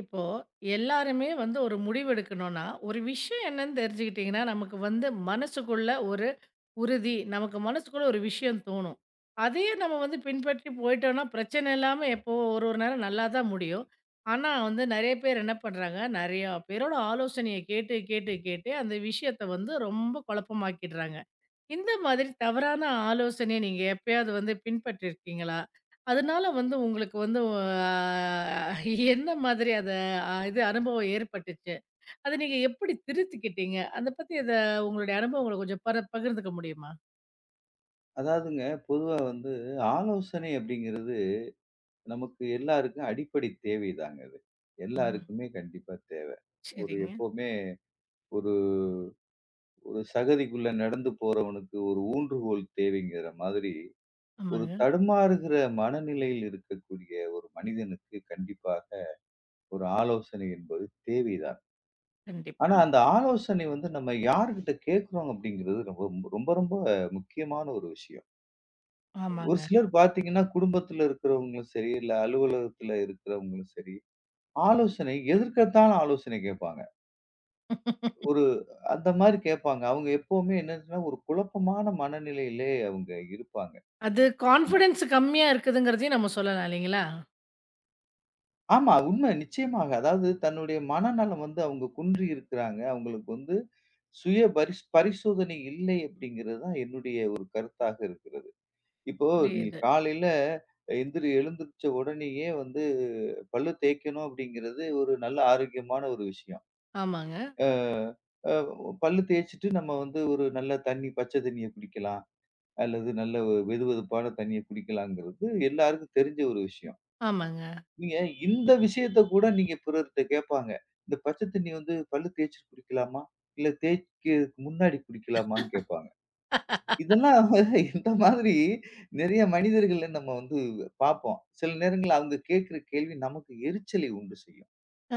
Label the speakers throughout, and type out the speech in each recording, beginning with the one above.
Speaker 1: இப்போ எல்லாருமே வந்து ஒரு முடிவு எடுக்கணும்னா, ஒரு விஷயம் என்னன்னு தெரிஞ்சுக்கிட்டீங்கன்னா, நமக்கு வந்து மனசுக்குள்ள ஒரு உறுதி, நமக்கு மனசுக்குள்ள ஒரு விஷயம் தோணும். அதையே நம்ம வந்து பின்பற்றி போயிட்டோம்னா, பிரச்சனை இல்லாம எப்போ ஒரு ஒரு நேரம் நல்லா தான் முடியும். ஆனா வந்து நெறைய பேர் என்ன பண்றாங்க, நெறையா பேரோட ஆலோசனைய கேட்டு, கேட்டு, கேட்டு அந்த விஷயத்த வந்து ரொம்ப குழப்பமாக்கிடுறாங்க. இந்த மாதிரி தவறான ஆலோசனைய நீங்க எப்பயாவது வந்து பின்பற்றியிருக்கீங்களா? அதனால வந்து உங்களுக்கு வந்து என்ன மாதிரி அத அ இது அனுபவம் ஏற்பட்டுச்சு? அத நீங்க எப்படி திருத்திக்கிட்டீங்க? அத பத்தி உங்களுடைய அனுபவங்கள கொஞ்சம் பகிர்ந்துக்க முடியுமா?
Speaker 2: அதாவதுங்க, பொதுவா வந்து ஆலோசனை அப்படிங்கிறது நமக்கு எல்லாருக்கும் அடிப்படை தேவைதாங்க அது.
Speaker 1: ஆமா.
Speaker 2: எல்லாருக்குமே கண்டிப்பா தேவ. ஒரு
Speaker 1: சரிங்க.
Speaker 2: எப்பவுமே ஒரு ஒரு சகதிக்குள்ள நடந்து போறவனுக்கு ஒரு ஊன்றுகோல் தேவைங்கிற மாதிரி, ஒரு
Speaker 1: ஆமாங்க.
Speaker 2: தடுமாறுகிற மனநிலையில் இருக்கக்கூடிய ஒரு மனிதனுக்கு கண்டிப்பாக ஒரு ஆலோசனை என்பது தேவைதான்.
Speaker 1: கண்டிப்பா.
Speaker 2: ஆனா அந்த ஆலோசனை வந்து நம்ம யார்கிட்ட கேட்கிறோம் அப்படிங்கிறது ரொம்ப ரொம்ப ரொம்ப முக்கியமான ஒரு விஷயம். ஒரு
Speaker 1: ஆமாங்க.
Speaker 2: சிலர் பார்த்தீங்கன்னா, குடும்பத்துல இருக்கிறவங்களும் சரி, இல்ல அலுவலகத்துல இருக்கிறவங்களும் சரி, ஆலோசனை எதற்கெடுத்தாலும் ஆலோசனை கேட்பாங்க. ஒரு அந்த மாரி கேட்பாங்க. அவங்க எப்பவுமே என்னதுன்னா, ஒரு குழப்பமான மனநிலையிலே அவங்க இருப்பாங்க.
Speaker 1: அது
Speaker 2: உண்ம.
Speaker 1: கான்ஃபிடன்ஸ் கம்மியா இருக்குதுங்கிறதையும் நம்ம சொல்லலாம் இல்லைங்களா?
Speaker 2: ஆமா, உண்ம நிச்சயமாக. அதாவது தன்னுடைய மனநலம் வந்து அவங்க குன்றி இருக்கிறாங்க. அவங்களுக்கு வந்து சுய பரிசோதனை இல்லை அப்படிங்கிறது தான் என்னுடைய ஒரு கருத்தாக இருக்கிறது. இப்போ நீங்க
Speaker 1: புரியுது.
Speaker 2: காலையில எழுந்திரிச்ச உடனேயே வந்து பல்லு தேய்க்கணும் அப்படிங்கிறது ஒரு நல்ல ஆரோக்கியமான ஒரு விஷயம்.
Speaker 1: ஆமாங்க,
Speaker 2: அ பல்லு தேய்ச்சுட்டு நம்ம வந்து ஒரு நல்ல தண்ணி, பச்சை தண்ணிய குடிக்கலாம். அல்லது நல்ல ஒரு வெதுவெதுப்பான தண்ணிய குடிக்கலாங்கிறது எல்லாருக்கும் தெரிஞ்ச ஒரு விஷயம்.
Speaker 1: ஆமாங்க.
Speaker 2: நீங்க இந்த விஷயத்த கூட நீங்க பிறர்ட்ட கேட்பாங்க. இந்த பச்சை தண்ணி வந்து பல்லு தேய்ச்சுட்டு குடிக்கலாமா? இல்ல தேய்க்கிறதுக்கு முன்னாடி குடிக்கலாமான்னு கேட்பாங்க. இதெல்லாம் இந்த மாதிரி நெறைய மனிதர்கள நம்ம வந்து பார்ப்போம். சில நேரங்கள்ல அவங்க கேட்கிற கேள்வி நமக்கு எரிச்சலை உண்டு செய்யும்.
Speaker 1: ஆ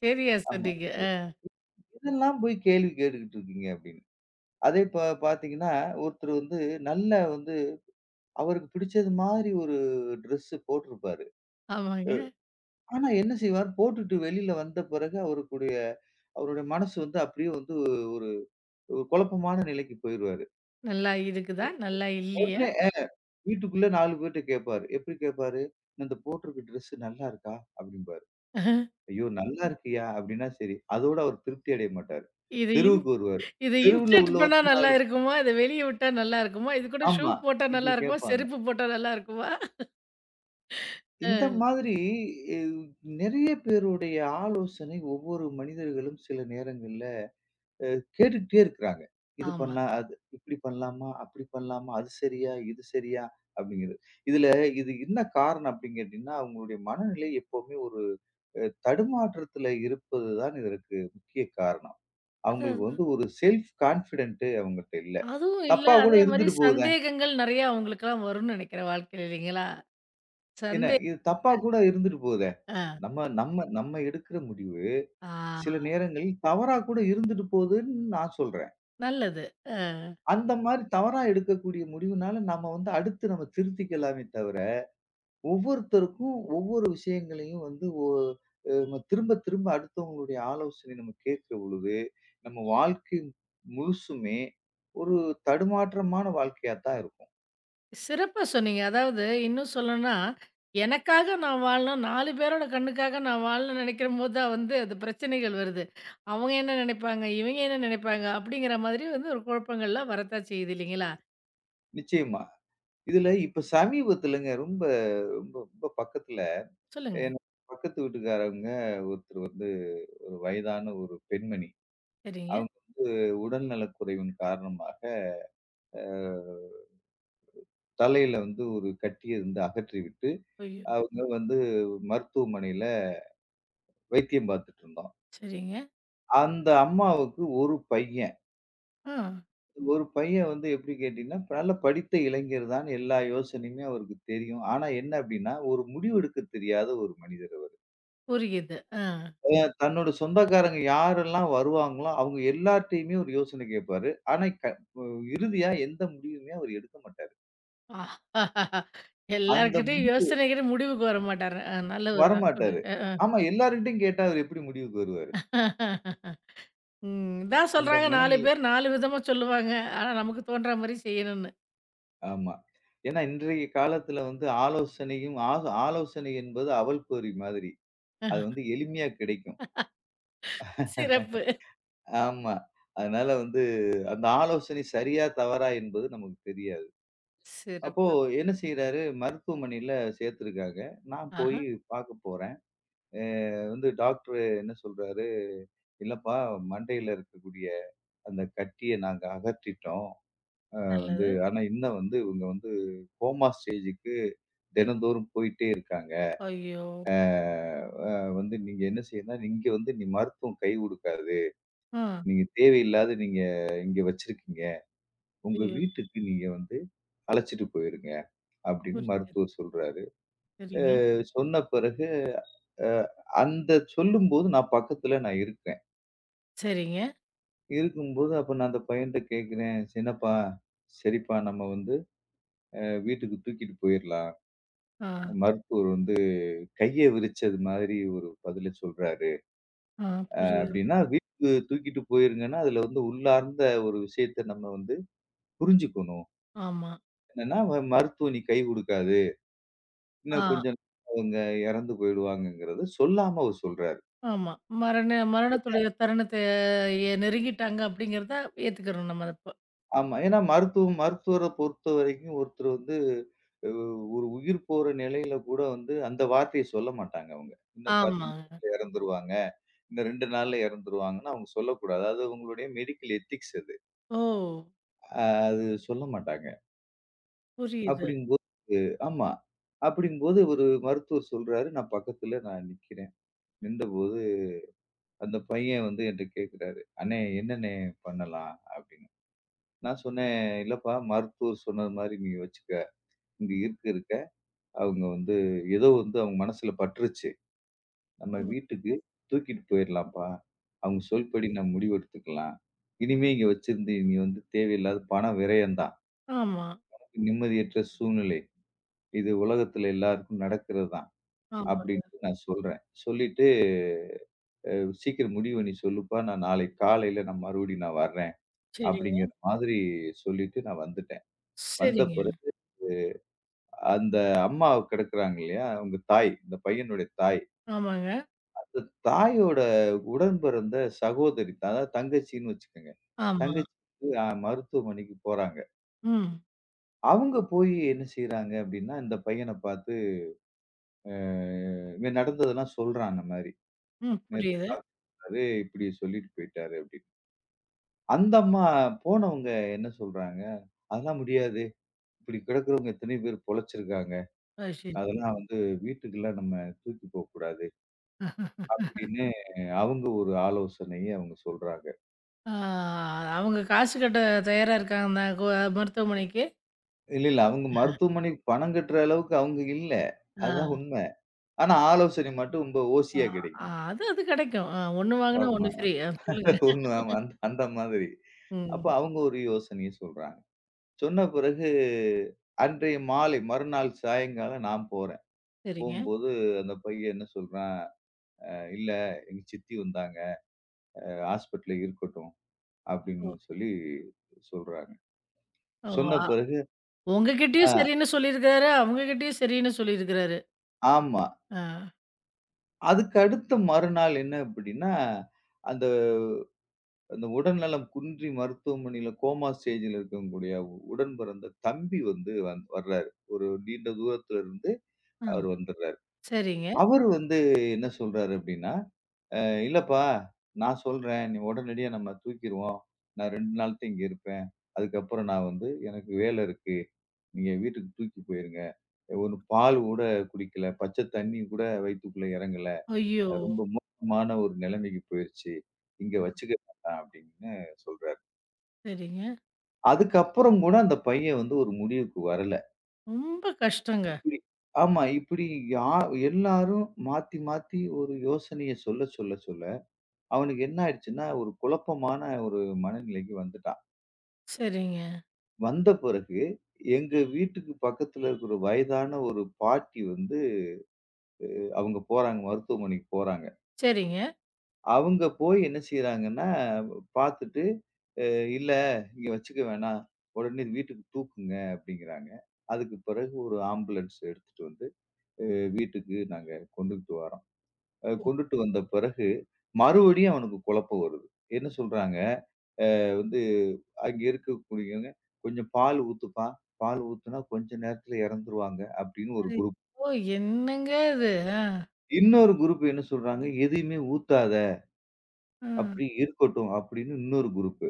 Speaker 1: சரியா
Speaker 2: ஆமா.
Speaker 1: சொன்னீங்க.
Speaker 2: எ "எதெல்லாம் போய் கேள்வி கேட்டுக்கிட்டு இருக்கீங்க?" அப்படின்னு. அதே இப்ப பார்த்தீங்கன்னா, ஒருத்தர் வந்து நல்ல வந்து அவருக்கு பிடிச்சது மாதிரி ஒரு ட்ரெஸ்ஸு போட்டிருப்பாரு.
Speaker 1: ஆமாங்க.
Speaker 2: ஆனா என்ன செய்வார், போட்டுட்டு வெளியில வந்த பிறகு அவருடைய மனசு வந்து அப்படியே வந்து ஒரு ஒரு குழப்பமான நிலைக்கு போயிருவாரு.
Speaker 1: நல்லா இருக்குதா? நல்லா இல்லையா?
Speaker 2: உடனே வீட்டுக்குள்ள 4 பேர்ட்ட கேட்பாரு. எப்படி கேட்பாரு? "இந்த போட்டிருக்க ட்ரெஸ் நல்லா இருக்கா?" அப்படிம்பாரு. "ஐயோ! நல்லா இருக்கியா?" அப்படின்னா சரி. அதோட அவர் திருப்தி அடைய மாட்டாரு.
Speaker 1: இது இன்
Speaker 2: தெருவுக்கு வருவாரு.
Speaker 1: இது
Speaker 2: தெருவுல
Speaker 1: இன்சர்ட் பண்ணா
Speaker 2: உள்ளவர்ட்ட
Speaker 1: நல்லா
Speaker 2: 4,
Speaker 1: இருக்குமா? இத வெளிய விட்டா நல்லா இருக்குமா? இது கூட ஷூ
Speaker 2: ஆமா,
Speaker 1: போட்டா நல்லா
Speaker 2: இப்படி
Speaker 1: இருக்குமா?
Speaker 2: கேட்பாங்க.
Speaker 1: செருப்பு போட்டா நல்லா இருக்குமா?
Speaker 2: இந்த
Speaker 1: அ.
Speaker 2: மாதிரி எவ் நெறைய பேருடைய ஆலோசனை ஒவ்வொரு மனிதர்களும் சில நேரங்கள்ல அ கேட்டுக்கிட்டே இருக்கிறாங்க. இது
Speaker 1: ஆமா.
Speaker 2: பண்ணலாம், அது இப்படி பண்ணலாமா? அப்படி பண்ணலாமா? அது சரியா? இது சரியா? அப்படிங்கிறது. இதுல இது என்ன காரணம் அப்படின்னு கேட்டீங்கன்னா, அவங்களுடைய மனநிலை எப்பவுமே ஒரு அ தடுமாற்றத்துல இருப்பது தான் இதற்கு முக்கிய காரணம். அவங்களுக்கு
Speaker 1: அதான்
Speaker 2: வந்து ஒரு செல்ஃப் கான்ஃபிடன்ட் அவங்கட்ட இல்ல.
Speaker 1: அதுவும் இல்ல,
Speaker 2: தப்பா கூட
Speaker 1: அதே மாரி
Speaker 2: இருந்துட்டு போகுதே.
Speaker 1: சந்தேகங்கள் நெறையா அவங்களுக்கெல்லாம் வரும்னு நெனைக்கிறேன் வாழ்க்கையில இல்லைங்களா?
Speaker 2: என்ன
Speaker 1: சந்தே
Speaker 2: இது தப்பா கூட இருந்துட்டு போகுதே.
Speaker 1: அ.
Speaker 2: நம்ம நம்ம நம்ம எடுக்கிற முடிவு
Speaker 1: ஆ
Speaker 2: சில நேரங்களில் தவறா கூட இருந்துட்டு போகுதுன்னு நான் சொல்றேன்.
Speaker 1: நல்லது. அ
Speaker 2: அந்த மாரி தவறா எடுக்கக்கூடிய முடிவுனால, நாம வந்து அடுத்து நம்ம திருத்திக்கலாமே தவிர, ஒவ்வொருத்தருக்கும் ஒவ்வொரு விஷயங்களையும் வந்து ஒ அ நம்ம திரும்ப திரும்ப அடுத்தவங்களுடைய ஆலோசனை நம்ம கேட்கிற பொழுது, நம்ம வாழ்க்கை முழுசுமே ஒரு தடுமாற்றமான வாழ்க்கையா தான் இருக்கும்.
Speaker 1: சிறப்பா சொன்னீங்க. அதாவது இன்னும் சொல்லணும்னா, எனக்காக நான் வாழணும், 4 பேரோட கண்ணுக்காக நான் வாழணும்னு நெனைக்கிறம்போது தான் வந்து அது பிரச்சனைகள் வருது. அவங்க என்ன நெனைப்பாங்க? இவங்க என்ன நெனைப்பாங்க? அப்படிங்கிற மாதிரி வந்து ஒரு குழப்பங்கள்லாம் வரத்தான் செய்யுது இல்லைங்களா?
Speaker 2: நிச்சயமா. இதுல இப்ப சமீபத்துலங்க ரொம்ப ரொம்ப ரொம்ப பக்கத்துல
Speaker 1: சொல்லுங்க.
Speaker 2: என் பக்கத்து வீட்டுக்காரவங்க ஒருத்தர் வந்து ஒரு வயதான ஒரு பெண்மணி.
Speaker 1: சரிங்க.
Speaker 2: அவங்க உடல்நலக் குறைவின் காரணமாக, அ தலையில வந்து ஒரு கட்டிய வந்து அகற்றிவிட்டு,
Speaker 1: ஐயோ!
Speaker 2: அவங்க வந்து மருத்துவமனையில வைத்தியம் பார்த்துட்டு இருந்தோம்.
Speaker 1: சரிங்க.
Speaker 2: அந்த அம்மாவுக்கு 1 பையன்.
Speaker 1: ஆ
Speaker 2: ஒரு பையன் வந்து எப்படி கேட்டீங்கன்னா, நல்ல படித்த இளைஞர் தான். எல்லா யோசனையுமே அவருக்கு தெரியும். ஆனா என்ன அப்படின்னா, ஒரு முடிவெடுக்க தெரியாத ஒரு மனிதர் அவரு.
Speaker 1: புரியுது. ஆ.
Speaker 2: அ தன்னோட சொந்தக்காரங்க யாரெல்லாம் வருவாங்களோ, அவங்க எல்லார்ட்டயுமே ஒரு யோசனை கேட்பாரு. ஆனா இறுதியா எந்த முடிவுமே அவர் எடுக்க மாட்டாரு. அந்த
Speaker 1: எல்லார்கிட்டயும்
Speaker 2: முடிவுக்கு
Speaker 1: யோசனைக்கிற முடிவுக்கு வரமாட்டாரு. நல்லவரு தான்.
Speaker 2: வரமாட்டாரு.
Speaker 1: சொல்லுங்க.
Speaker 2: ஆமா எல்லார்கிட்டயும் கேட்டா அவர் எப்படி முடிவுக்கு வருவாரு?
Speaker 1: ம். இதான்
Speaker 2: அந்த
Speaker 1: சொல்றாங்க 4
Speaker 2: மனநிலை
Speaker 1: பேர் 4 விதமா சொல்லுவாங்க. ஆனா நமக்கு தோன்றா மாரி செய்யணும்னு.
Speaker 2: ஆமா. ஏன்னா இன்றைய காலத்துல வந்து ஆலோசனை என்பது அவல் பொரி மாதிரி. அது வந்து எளிமையா கிடைக்கும்.
Speaker 1: சிறப்பு.
Speaker 2: ஆமா. அதனால வந்து அந்த ஆலோசனை சரியா, தவறா என்பது நமக்கு தெரியாது. அப்போ
Speaker 1: சிறப்பு.
Speaker 2: என்ன செய்றாரு, மருத்துவமனையில சேர்த்துருக்காங்க. நான் போய்
Speaker 1: ஆஹா!
Speaker 2: பார்க்க போறேன். அ வந்து டாக்டர் என்ன சொல்றாரு, "இல்லப்பா மண்டையில இருக்கக்கூடிய அந்த கட்டிய நாங்க அகற்றிட்டோம். வந்து
Speaker 1: நல்லது.
Speaker 2: ஆனா இன்னும் வந்து இவங்க வந்து கோமா ஸ்டேஜுக்கு தினந்தோறும் போயிட்டே இருக்காங்க."
Speaker 1: ஐயோ!
Speaker 2: அ வந்து நீங்க என்ன செய்யணும்னா, இங்க வந்து நீ மருத்துவம் கை குடுக்காது.
Speaker 1: ஆ.
Speaker 2: நீங்க தேவையில்லாத நீங்க இங்க வச்சிருக்கீங்க. உங்க
Speaker 1: ஐயோ!
Speaker 2: வீட்டுக்கு நீங்க வந்து அழைச்சிட்டு போயிருங்க." அப்படின்னு
Speaker 1: புரியுது.
Speaker 2: மருத்துவர் சொல்றாரு.
Speaker 1: சரிங்க.
Speaker 2: சொன்ன பிறகு அ அந்த சொல்லும்போது நான் பக்கத்துல நான் இருக்கேன்.
Speaker 1: சரிங்க.
Speaker 2: இருக்கும்போது அப்ப நான் அந்த பையன்ட்ட கேட்கிறேன், "என்னப்பா, சரிப்பா நம்ம வந்து வீட்டுக்கு தூக்கிட்டு போயிரலாம்.
Speaker 1: ஆ.
Speaker 2: மருத்துவர் வந்து கைய விரிச்சது மாதிரி ஒரு பதில சொல்றாரு."
Speaker 1: ஆ. புரியுது.
Speaker 2: அப்படின்னா, வீட்டுக்கு தூக்கிட்டு போயிருங்கன்னா, அதுல வந்து உள்ளார்ந்த ஒரு விஷயத்த நம்ம வந்து புரிஞ்சுக்கணும்.
Speaker 1: ஆமா.
Speaker 2: என்னன்னா மருத்துவ நீ கை குடுக்காது. இன்னும்
Speaker 1: ஆ.
Speaker 2: கொஞ்சம் அவங்க இறந்து போயிடுவாங்கங்கிறத சொல்லாம அவர் சொல்றாரு.
Speaker 1: ஆமா. மரணத்துடைய தருணத்த நெருங்கிட்டாங்க அப்படிங்கிறத ஏத்துக்கிறணும் நம்ம அப்போ.
Speaker 2: ஆமா. ஏன்னா மருத்துவர பொறுத்தவரைக்கும் ஒருத்தர் வந்து அ ஒரு உயிர் போற நிலையில கூட வந்து அந்த வார்த்தைய சொல்ல மாட்டாங்க அவங்க. இன்னும் 10
Speaker 1: ஆமாங்க.
Speaker 2: நிமிஷத்துல இறந்துருவாங்க. இன்னும் 2 நாள்ல இறந்துருவாங்கன்னு அவங்க சொல்லக்கூடாது. அது அவங்களுடைய மெடிக்கல் எத்திக்ஸ் அது.
Speaker 1: ஓ!
Speaker 2: அ அது சொல்ல மாட்டாங்க.
Speaker 1: புரியுது.
Speaker 2: அப்படிங்கும்போது ஆமா. அப்படிங்கும்போது ஒரு மருத்துவர் சொல்றாரு. நான் பக்கத்துல நான் நிக்கிறேன். நின்றபோது அந்த பையன் வந்து என்ட்ட கேட்குறாரு, "அண்ணே என்னண்ணே பண்ணலாம்?" அப்படின்னு. நான் சொன்னேன், "இல்லப்பா மருத்துவர் சொன்னது மாரி நீ வச்சுக்க. இங்க இருக்க இருக்க அவங்க வந்து ஏதோ வந்து அவங்க மனசுல பட்டுருச்சு. நம்ம
Speaker 1: ம்.
Speaker 2: வீட்டுக்கு தூக்கிட்டு போயிரலாம்ப்பா. அவங்க சொல்படி நம்ம முடிவு எடுத்துக்கலாம். இனிமே இங்க வச்சிருந்து நீ வந்து தேவையில்லாத பண விரயம் தான்.
Speaker 1: ஆமா,
Speaker 2: நிம்மதியற்ற சூழ்நிலை. இது உலகத்துல எல்லாருக்கும் நடக்கிறது தான்."
Speaker 1: ஆமா.
Speaker 2: அப்படின்ட்டு நான் சொல்றேன். சொல்லிட்டு "சீக்கிரம் முடிவு பண்ணி சொல்லுப்பா. நான் நாளைக்கு காலையில நான் மறுபடியும் நான் வர்றேன்."
Speaker 1: சரிங்க,
Speaker 2: அப்படிங்கிற மாதிரி சொல்லிட்டு நான் வந்துட்டேன். வந்த
Speaker 1: சரிங்க.
Speaker 2: பிறகு அந்த அம்மா கிடக்குறாங்க இல்லையா? அவங்க தாய், இந்த பையனுடைய தாய்.
Speaker 1: ஆமாங்க.
Speaker 2: அந்த தாயோட உடன்பிறந்த சகோதரி தான். அதாவது தங்கச்சின்னு வச்சுக்கங்க.
Speaker 1: ஆமா.
Speaker 2: தங்கச்சி வந்து மருத்துவமனைக்கு போறாங்க.
Speaker 1: ம்,
Speaker 2: அவங்க போய் என்ன செய்றாங்க அப்படின்னா, இந்த பையன பார்த்து அ இவன் நடந்ததெல்லாம் சொல்றான் அந்த மாரி.
Speaker 1: ம்.
Speaker 2: நேத்து
Speaker 1: புரியுது.
Speaker 2: டாக்டர் சொன்னாரு, இப்படி சொல்லிட்டு போயிட்டாரு அப்படின்னு. அந்த அம்மா போனவங்க என்ன சொல்றாங்க? அதெல்லாம் முடியாது. இப்படி கிடக்கிறவங்க எத்தனையோ பேர் பொழச்சிருக்காங்க.
Speaker 1: அது சரி.
Speaker 2: அதெல்லாம் வந்து வீட்டுக்கெல்லாம் நம்ம தூக்கி போக்கூடாது. அப்படின்னு அவங்க ஒரு ஆலோசனைய அவங்க சொல்றாங்க.
Speaker 1: ஆ அவங்க காசு கட்ட தயாரா இருக்காங்கன்னா மருத்துவமனைக்கு.
Speaker 2: இல்ல, இல்ல. அவங்க மருத்துவமனைக்கு பணம் கட்டுற அளவுக்கு அவங்க இல்ல. அதுதான்
Speaker 1: ஆ,
Speaker 2: உண்ம. ஆனா ஆலோசனை மட்டும் ரொம்ப
Speaker 1: ஆ,
Speaker 2: ஓசியா
Speaker 1: ஆ
Speaker 2: கிடைக்கும்.
Speaker 1: அது அது கிடைக்கும். 1 வாங்குனா
Speaker 2: ஆமா.
Speaker 1: 1 ஃப்ரீ. சொல்லுங்க.
Speaker 2: ஒண்ணு ஆமா. அந்த அந்த மாதிரி. அப்ப
Speaker 1: ம்.
Speaker 2: அவங்க ஒரு யோசனைய சொல்றாங்க. சொன்ன பிறகு அன்றைய மாலை மறுநாள் சாயங்காலம் நான் போறேன்.
Speaker 1: சரிங்க.
Speaker 2: போம்போது அந்த பையன் என்ன சொல்றான், "இல்ல எங்க சித்தி வந்தாங்க. ஹாஸ்பிட்டல்ல இருக்கட்டும்."
Speaker 1: ஓ!
Speaker 2: அப்படின்னு சொல்லி சொல்றாங்க.
Speaker 1: ஓ!
Speaker 2: சொன்ன
Speaker 1: ஆ
Speaker 2: பிறகு
Speaker 1: உங்ககிட்டயும்
Speaker 2: அ
Speaker 1: சரின்னு சொல்லியிருக்கிறாரு, அவங்ககிட்டயும் சரின்னு சொல்லியிருக்கிறாரு.
Speaker 2: ஆமா.
Speaker 1: ஆ,
Speaker 2: அதுக்கு அடுத்த மறுநாள் என்ன அப்படின்னா, அந்த அந்த உடல்நலம் குன்றி மருத்துவமனையில கோமா ஸ்டேஜ்ல இருக்கக்கூடிய உ- உடன் பிறந்த தம்பி வந்து வந் வர்றாரு. ஒரு நீண்ட தூரத்துல இருந்து அவர்
Speaker 1: ஆ.
Speaker 2: வந்துடுறாரு.
Speaker 1: சரிங்க.
Speaker 2: அவரு வந்து என்ன சொல்றாரு அப்படின்னா, இல்லப்பா நான் சொல்றேன். நீ உடனடியா நம்ம தூக்கிருவோம். நான் 2 நாள் தான் இங்க இருப்பேன். அதுக்கப்புறம் நான் வந்து எனக்கு வேலை இருக்கு. நீங்க வீட்டுக்கு தூக்கி போயிருங்க. 1 பால் கூட குடிக்கல. பச்சை தண்ணி கூட வயித்துக்குள்ள இறங்கல."
Speaker 1: ஐயோ!
Speaker 2: ரொம்ப மோசமான ஒரு நிலைமைக்கு போயிருச்சு. இங்க வச்சுக்க வேண்டாம் அப்படின்னு சொல்றாரு.
Speaker 1: சரிங்க.
Speaker 2: அதுக்கப்புறம் கூட அந்த பையன் வந்து ஒரு முடிவுக்கு வரல.
Speaker 1: ரொம்ப கஷ்டங்க.
Speaker 2: இப்படி ஆமா. இப்படி யா எல்லாரும் மாத்தி, மாத்தி ஒரு யோசனைய சொல்ல, சொல்ல, சொல்ல அவனுக்கு என்ன ஆயிடுச்சுன்னா, ஒரு குழப்பமான ஒரு மனநிலைக்கு வந்துட்டான்.
Speaker 1: சரிங்க.
Speaker 2: வந்த பிறகு எங்க வீட்டுக்கு பக்கத்துல இருக்கிற வயதான ஒரு பாட்டி வந்து அவங்க போறாங்க மருத்துவமனைக்கு போறாங்க.
Speaker 1: சரிங்க.
Speaker 2: அவங்க போய் என்ன செய்றாங்கன்னா, பாத்துட்டு, அ "இல்ல இங்க வச்சுக்க வேணாம். உடனே வீட்டுக்கு தூக்குங்க" அப்படிங்கிறாங்க. அதுக்கு பிறகு ஒரு ஆம்புலன்ஸ் எடுத்துட்டு வந்து, அ வீட்டுக்கு நாங்க கொண்டுகிட்டு வரோம். கொண்டுட்டு வந்த பிறகு, மறுபடியும் அவனுக்கு குழப்பம் வருது. என்ன சொல்றாங்க, வந்து அங்க இருக்கக்கூடியவங்க, "கொஞ்சம் பால் ஊத்துப்பா. பால் ஊத்துனா கொஞ்ச நேரத்துல இறந்துருவாங்க" அப்படின்னு ஒரு
Speaker 1: அது
Speaker 2: குரூப்.
Speaker 1: ஓ! என்னங்க இது? ஆ,
Speaker 2: இன்னொரு குரூப் என்ன சொல்றாங்க, "எதையுமே ஊத்தாத,
Speaker 1: ஆ,
Speaker 2: அப்படியே இருக்கட்டும்" அப்படின்னு இன்னொரு குரூப்.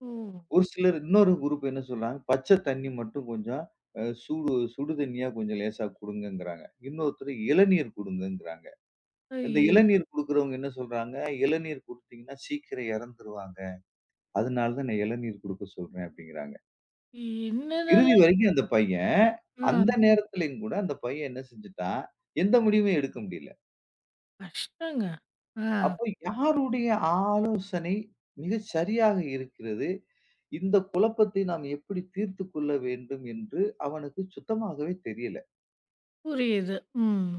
Speaker 1: ஓ!
Speaker 2: ஒரு சிலர் இன்னொரு குரூப் என்ன சொல்றாங்க, பச்சை தண்ணி மட்டும் கொஞ்சம் சூடு சுடு தண்ணியா கொஞ்சம் லேசா குடுங்கங்கிறாங்க. இன்னொருத்தர் இளநீர் குடுங்கங்கிறாங்க. இந்த
Speaker 1: ஐயோ!
Speaker 2: இளநீர் குடுக்குறவங்க என்ன சொல்றாங்க, இளநீர் குடுத்தீங்கன்னா சீக்கிரம் இறந்துருவாங்க. அதனால தான் நான் இளநீர் குடுக்க சொல்றேன் அப்படிங்கிறாங்க. இறுதி
Speaker 1: என்னதெல்லாம்
Speaker 2: வரைக்கும் அந்த பையன்
Speaker 1: ஆ
Speaker 2: அந்த நேரத்திலயும் கூட அந்த பையன் என்ன செஞ்சுட்டான், எந்த முடிவும் எடுக்க முடியல.
Speaker 1: கஷ்டங்க. ஆ
Speaker 2: அப்போ யாருடைய ஆலோசனை மிகச் சரியாக இருக்கிறது? இந்த குழப்பத்தை நாம் எப்படி தீர்த்துக் கொள்ள வேண்டும் என்று அவனுக்கு சுத்தமாகவே தெரியல.
Speaker 1: புரியுது. ம்.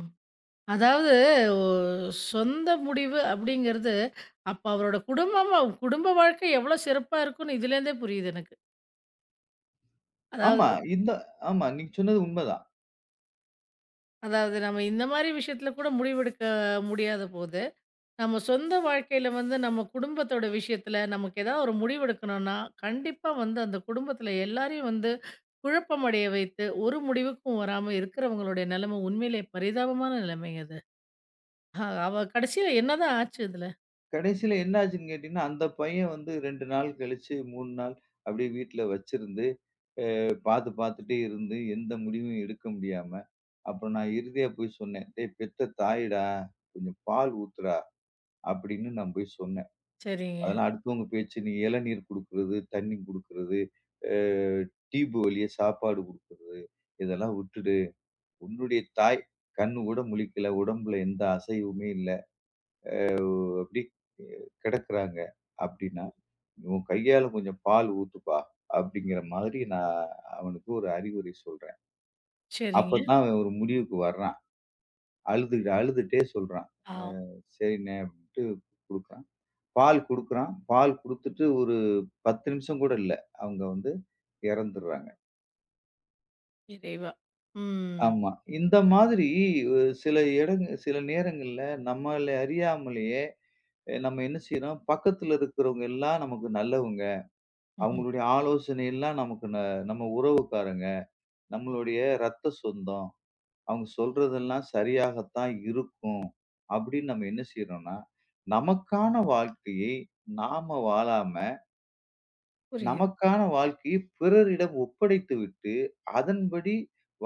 Speaker 1: அதாவது ஒ சொந்த முடிவு அப்படிங்கிறது, அப்ப அவரோட குடும்ப வாழ்க்கை எவ்வளோ சிறப்பா இருக்கும்னு இதுலேருந்தே புரியுது எனக்கு.
Speaker 2: ஆமா,
Speaker 1: அதாவது
Speaker 2: இந்த ஆமா நீங்க சொன்னது உண்மதான்.
Speaker 1: அதாவது நம்ம இந்த மாரி விஷயத்துல கூட முடிவெடுக்க முடியாத போது நம்ம சொந்த வாழ்க்கையில வந்து நம்ம குடும்பத்தோட விஷயத்துல நமக்கு ஏதாவது ஒரு முடிவெடுக்கணும்னா, கண்டிப்பா வந்து அந்த குடும்பத்துல எல்லாரையும் வந்து குழப்பமடைய வைத்து, ஒரு முடிவுக்கும் வராம இருக்கிறவங்களுடைய நிலைமை உண்மையிலே பரிதாபமான நிலைமைங்க அது. அவ கடைசியில என்னதான் ஆச்சு இதுல?
Speaker 2: கடைசியில என்ன ஆச்சுன்னு கேட்டீங்கன்னா, அந்த பையன் வந்து 2 நாள் கழிச்சு 3 நாள் அப்படியே வீட்ல வச்சிருந்து, பாத்து பாத்துட்டே இருந்து எந்த முடிவும் எடுக்க முடியாம, அப்புறம் நான் இறுதியா போய் சொன்னேன். "டேய் பெத்த தாயிடா, கொஞ்சம் பால் ஊத்துடா" அப்படின்னு நான் போய் சொன்னேன்.
Speaker 1: சரிங்க,
Speaker 2: அதெல்லாம் அடுத்தவங்க பேச்சு நீ இளநீர் குடுக்குறது, தண்ணி குடுக்குறது, அ டியூப் வழியா சாப்பாடு குடுக்குறது, இதெல்லாம் விட்டுடு. உன்னுடைய தாய் கண்ணு கூட முழிக்கல, உடம்புல எந்த அசைவுமே இல்ல. அப்படி கிடக்குறாங்க அப்படின்னா, "உன் கையால கொஞ்சம் பால் ஊத்துப்பா" அப்படிங்கிற மாதிரி நான் அவனுக்கு ஒரு அறிவுரை சொல்றேன்.
Speaker 1: சரிங்க.
Speaker 2: அப்பதான் அவன் ஒரு முடிவுக்கு வர்றான். அழுதுகிட்டு அழுதுட்டே சொல்றான்.
Speaker 1: ஆ
Speaker 2: சரிண்ணே அப்படின்ட்டு குடுக்குறான். பால் குடுக்குறான். பால் குடுத்துட்டு ஒரு 10 நிமிஷம் கூட இல்ல. அவங்க வந்து இறந்துர்றாங்க.
Speaker 1: இறைவா! ம்.
Speaker 2: ஆமா. இந்த மாதிரி சில சில நேரங்கள்ல நம்மள அறியாமலேயே நம்ம என்ன செய்றோம், பக்கத்துல இருக்கிறவங்க எல்லாம் நமக்கு நல்லவங்க.
Speaker 1: ம்ஹ்ம்.
Speaker 2: அவங்களுடைய ஆலோசனை எல்லாம் நமக்கு நம்ம உறவுக்காரங்க, நம்மளுடைய ரத்த சொந்தம். அவங்க சொல்றதெல்லாம் சரியாகத்தான் இருக்கும். அப்படின்னு நம்ம என்ன செய்றோம்னா, நமக்கான வாழ்க்கையை நாம வாழாம
Speaker 1: புரியுது.
Speaker 2: நமக்கான வாழ்க்கையை பிறரிடம் ஒப்படைத்து விட்டு, அதன்படி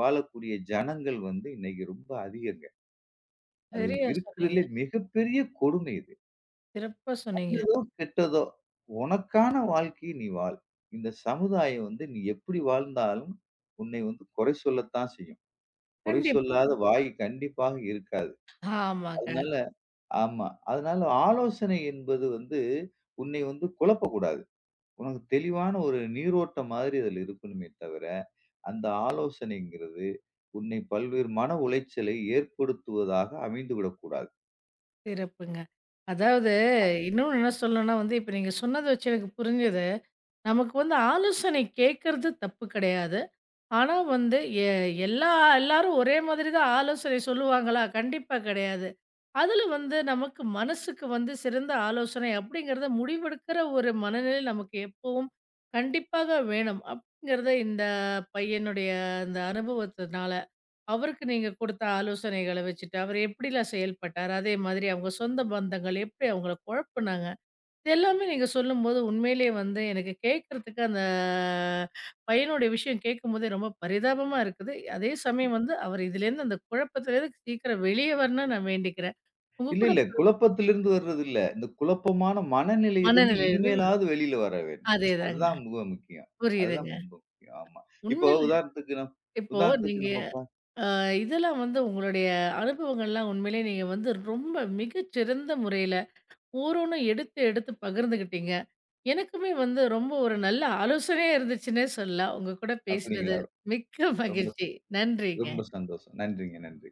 Speaker 2: வாழக்கூடிய ஜனங்கள் வந்து இன்னைக்கு ரொம்ப அதிகங்க. அது
Speaker 1: சரியா சொன்னீங்க.
Speaker 2: இருக்கிறதுலே மிகப்பெரிய கொடுமை இது.
Speaker 1: சிறப்பா சொன்னீங்க.
Speaker 2: நல்லதோ, கெட்டதோ உனக்கான வாழ்க்கைய நீ வாழ். இந்த சமுதாயம் வந்து நீ எப்படி வாழ்ந்தாலும் உன்னை வந்து குறை சொல்லத்தான் செய்யும். குறை
Speaker 1: கண்டிப்பா.
Speaker 2: சொல்லாத வாய் கண்டிப்பாக இருக்காது.
Speaker 1: ஆமாங்க.
Speaker 2: அதனால ஆமா. அதனால ஆலோசனை என்பது வந்து உன்னை வந்து குழப்பக்கூடாது. உனக்கு தெளிவான ஒரு நீரோட்டம் மாதிரி அதில இருக்கணுமே தவிர அந்த ஆலோசனைங்கிறது உன்னை பல்வேறு மன உளைச்சலை ஏற்படுத்துவதாக அமைந்து விடக்கூடாது.
Speaker 1: சிறப்புங்க. அதாவது இன்னொன்னு என்ன சொல்லணும்னா வந்து, இப்ப நீங்க சொன்னத வச்சு எனக்கு புரிஞ்சது நமக்கு வந்து ஆலோசனை கேட்கறது தப்பு கிடையாது. ஆனா வந்து எ எல்லா எல்லாரும் ஒரே மாதிரி தான் ஆலோசனை சொல்லுவாங்களா? கண்டிப்பா கிடையாது. அதுல வந்து நமக்கு மனசுக்கு வந்து சிறந்த ஆலோசனை அப்படிங்கிறத முடிவெடுக்கிற ஒரு மனநிலை நமக்கு எப்பவும் கண்டிப்பாக வேணும். அப்படிங்கிறத இந்த பையனுடைய அந்த அனுபவத்தினால, அவருக்கு நீங்க கொடுத்த ஆலோசனைகள வச்சுட்டு, அவர் எப்படிலாம் செயல்பட்டாரு? அதே மாதிரி அவங்க சொந்த பந்தங்கள் எப்படி அவங்கள குழப்புனாங்க? இது எல்லாமே நீங்க சொல்லும்போது உண்மையிலேயே வந்து எனக்கு கேட்கறதுக்கு அந்த பையனுடைய விஷயம் கேட்கும்போதே ரொம்ப பரிதாபமா இருக்குது. அதே சமயம் வந்து அவர் இதுலேருந்து அந்த குழப்பத்திலேருந்து சீக்கிரம் வெளியே வரணும்னு நான் வேண்டிக்கிறேன். உங்க
Speaker 2: இல்ல,
Speaker 1: கூட
Speaker 2: இல்ல. குழப்பத்திலிருந்து வர்றது இல்ல. இந்த குழப்பமான மனநிலையிலிருந்து
Speaker 1: மனநிலையிலிருந்து
Speaker 2: இனிமேலாவது வெளியில வர வேண்டும்.
Speaker 1: அதேதாங்க.
Speaker 2: அதுதான் மிக முக்கியம். அதுதான்
Speaker 1: புரியுதுங்க.
Speaker 2: ரொம்ப முக்கியம். ஆமா. இப்போ
Speaker 1: உண்மையிலே
Speaker 2: உதாரணத்துக்கு நம்
Speaker 1: இப்போ
Speaker 2: உதாரணத்துக்கு
Speaker 1: நீங்க
Speaker 2: நம்ம
Speaker 1: அ இதெல்லாம் வந்து உங்களுடைய அனுபவங்கள்லாம் உண்மையிலேயே நீங்க வந்து ரொம்ப மிகச்சிறந்த முறையில, ஒவ்வொன்னும் எடுத்து எடுத்து பகிர்ந்துகிட்டீங்க. எனக்குமே வந்து ரொம்ப ஒரு நல்ல ஆலோசனையா இருந்துச்சுன்னே சொல்லலாம். உங்க கூட
Speaker 2: அப்படிங்களா?
Speaker 1: பேசினது மிக்க
Speaker 2: ரொம்ப
Speaker 1: மகிழ்ச்சி. நன்றிங்க.
Speaker 2: ரொம்ப சந்தோஷம். நன்றிங்க, நன்றி.